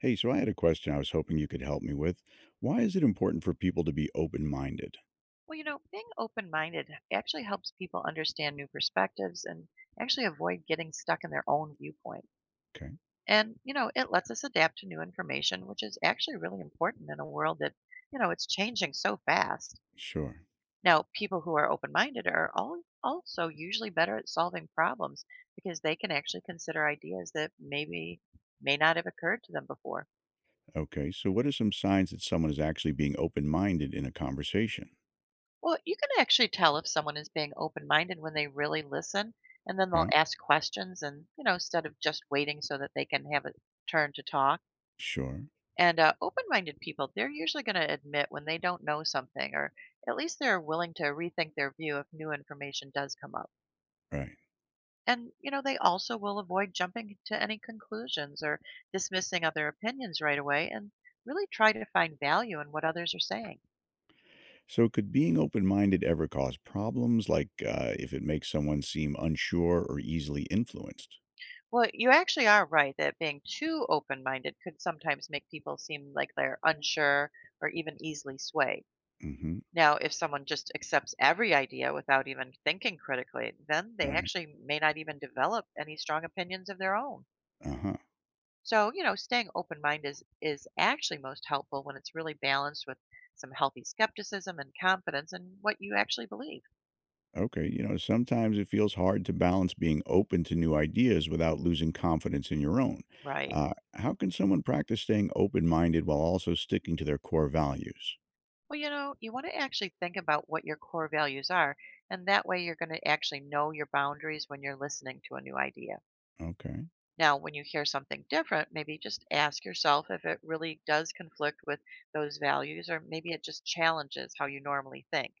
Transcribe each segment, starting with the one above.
Hey, so I had a question I was hoping you could help me with. Why is it important for people to be open minded? Well, you know, being open minded actually helps people understand new perspectives and actually avoid getting stuck in their own viewpoint. Okay, And, you know, it lets us adapt to new information, which is actually really important in a world that, you know, it's changing so fast. sure. Now, people who are open minded are all also usually better at solving problems because they can actually consider ideas that maybe may not have occurred to them before. Okay, so what are some signs that someone is actually being open minded in a conversation? Well, you can actually tell if someone is being open-minded when they really listen, and then they'll Yeah, ask questions and, you know, instead of just waiting so that they can have a turn to talk. sure. And Open-minded people, they're usually going to admit when they don't know something, or at least they're willing to rethink their view if new information does come up. Right. And, you know, they also will avoid jumping to any conclusions or dismissing other opinions right away and really try to find value in what others are saying. So, could being open minded ever cause problems, like if it makes someone seem unsure or easily influenced? Well, you actually are right that being too open minded could sometimes make people seem like they're unsure or even easily swayed. Mm hmm. Now, if someone just accepts every idea without even thinking critically, then they Right. actually may not even develop any strong opinions of their own. Uh huh. So, you know, staying open minded is actually most helpful when it's really balanced with some healthy skepticism and confidence in what you actually believe. Okay, you know, sometimes it feels hard to balance being open to new ideas without losing confidence in your own. Right. How can someone practice staying open minded while also sticking to their core values? Well, you know, you want to actually think about what your core values are, and that way you're going to actually know your boundaries when you're listening to a new idea. Okay. Now, when you hear something different, maybe just ask yourself if it really does conflict with those values, or maybe it just challenges how you normally think.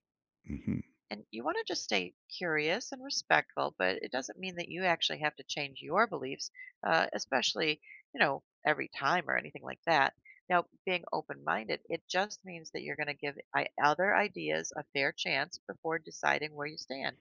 Hmm. And you want to just stay curious and respectful, but it doesn't mean that you actually have to change your beliefs, especially, you know, every time or anything like that. Now, being open minded, it just means that you're going to give other ideas a fair chance before deciding where you stand.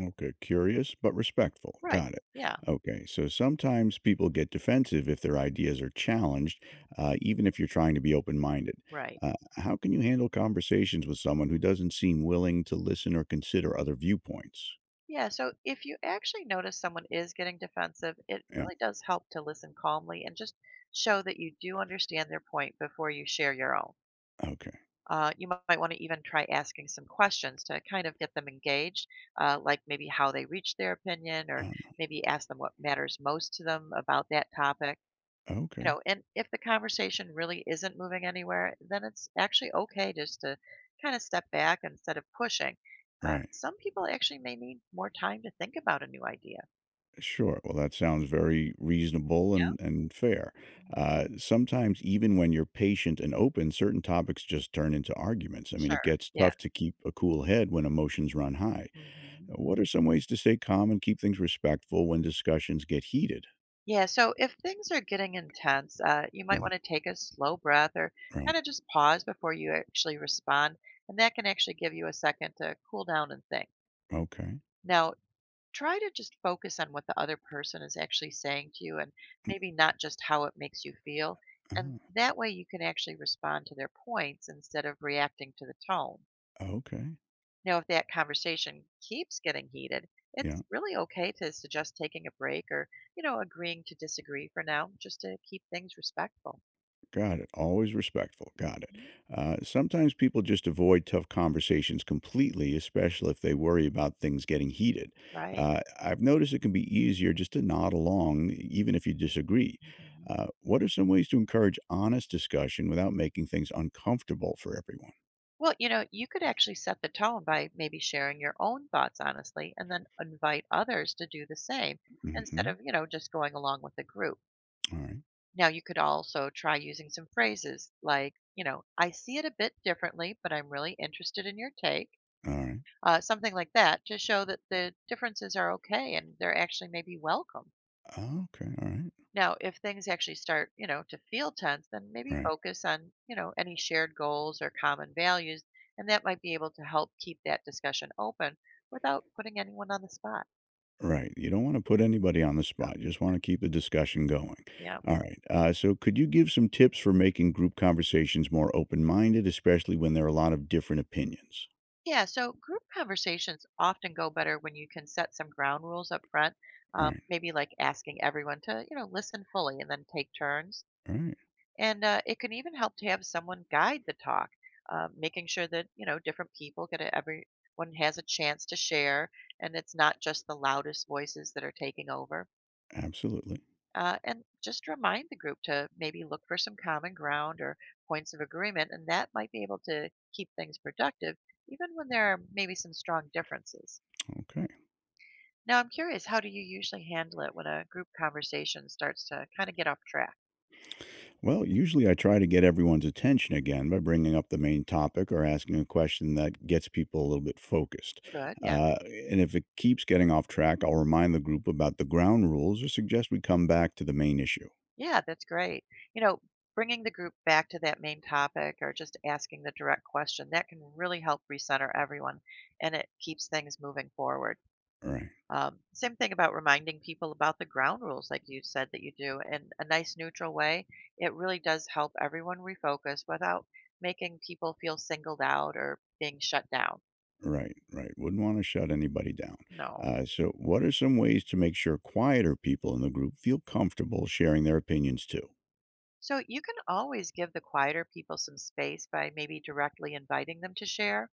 Okay, curious but respectful. Right. Got it. Yeah. Okay, so sometimes people get defensive if their ideas are challenged, even if you're trying to be open minded. Right. How can you handle conversations with someone who doesn't seem willing to listen or consider other viewpoints? Yeah. So if you actually notice someone is getting defensive, it Yeah, really does help to listen calmly and just show that you do understand their point before you share your own. okay. You might want to even try asking some questions to kind of get them engaged, like maybe how they reached their opinion, or Um, maybe ask them what matters most to them about that topic. You okay. know, and if the conversation really isn't moving anywhere, then it's actually okay just to kind of step back instead of pushing. Right. Some people actually may need more time to think about a new idea. Sure. Well, that sounds very reasonable and fair. Mhm. Sometimes, even when you're patient and open, certain topics just turn into arguments. I mean, it Sure. gets Yeah. tough to keep a cool head when emotions run high. Hmm. What are some ways to stay calm and keep things respectful when discussions get heated? Yeah, so if things are getting intense, you might You know, want to take a slow breath or kind right. of just pause before you actually respond. And that can actually give you a second to cool down and think. Okay. Now, try to just focus on what the other person is actually saying to you and Mm, maybe not just how it makes you feel. And ah, that way you can actually respond to their points instead of reacting to the tone. okay. Now, if that conversation keeps getting heated, it's Yeah. really okay to suggest taking a break or, you know, agreeing to disagree for now just to keep things respectful. Got it. Always respectful. Got it. Mhm. Sometimes people just avoid tough conversations completely, especially if they worry about things getting heated. Right. I've noticed it can be easier just to nod along, even if you disagree. Hmm. What are some ways to encourage honest discussion without making things uncomfortable for everyone? Well, you know, you could actually set the tone by maybe sharing your own thoughts honestly and then invite others to do the same instead Hmm. of, you know, just going along with the group. All right. Now, you could also try using some phrases like, you know, I see it a bit differently, but I'm really interested in your take, All right. Something like that to show that the differences are okay and they're actually maybe welcome. Oh, okay. All right. Now, if things actually start, you know, to feel tense, then maybe Right. focus on, you know, any shared goals or common values, and that might be able to help keep that discussion open without putting anyone on the spot. Right. You don't want to put anybody on the So, spot. You just want to keep the discussion going. yeah. All right. So, could you give some tips for making group conversations more open minded, especially when there are a lot of different opinions? Yeah, so group conversations often go better when you can set some ground rules up front, Right. maybe like asking everyone to, you know, listen fully and then take turns. Right. And It can even help to have someone guide the talk, making sure that you know different people everyone has a chance to share, and it's not just the loudest voices that are taking over. Absolutely. And just remind the group to maybe look for some common ground or points of agreement, and that might be able to keep things productive, even when there are maybe some strong differences. Okay. Now, I'm curious, how do you usually handle it when a group conversation starts to kind of get off track? Well, usually I try to get everyone's attention again by bringing up the main topic or asking a question that gets people a little bit focused. Good, yeah. Uh, and if it keeps getting off track, I'll remind the group about the ground rules or suggest we come back to the main issue. Yeah, that's great. You know, bringing the group back to that main topic or just asking the direct question, that can really help recenter everyone and it keeps things moving forward. Right. Same thing about reminding people about the ground rules, like you said that you do, in a nice neutral way. It really does help everyone refocus without making people feel singled out or being shut down. Right, right. Wouldn't want to shut anybody down. No. So, what are some ways to make sure quieter people in the group feel comfortable sharing their opinions too? So you can always give the quieter people some space by maybe directly inviting them to share,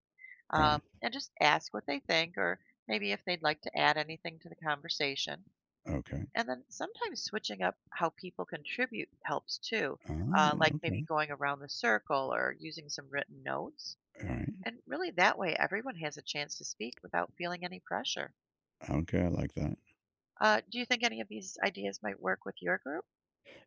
Right. and just ask what they think or maybe if they'd like to add anything to the conversation. Okay. And then sometimes switching up how people contribute helps too, Ah, yeah. like maybe Okay. going around the circle or using some written notes. All right. And really, that way, everyone has a chance to speak without feeling any pressure. Okay. I like that. Do you think any of these ideas might work with your group?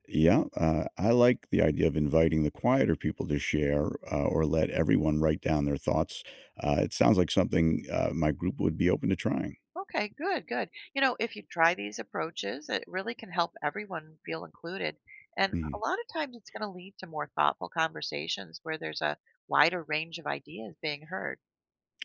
Yeah. I like the idea of inviting the quieter people to share or let everyone write down their thoughts. It sounds like something my group would be open to trying. Okay, good, good. You know, if you try these approaches, it really can help everyone feel included. And a Mm-hmm. lot of times it's going to lead to more thoughtful conversations where there's a wider range of ideas being heard.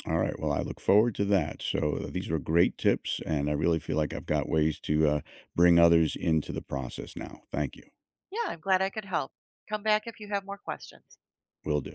All right. Well, I look forward to that. So these were great tips, and I really feel like I've got ways to bring others into the process now. Thank you. Yeah, I'm glad I could help. Come back if you have more questions. Will do.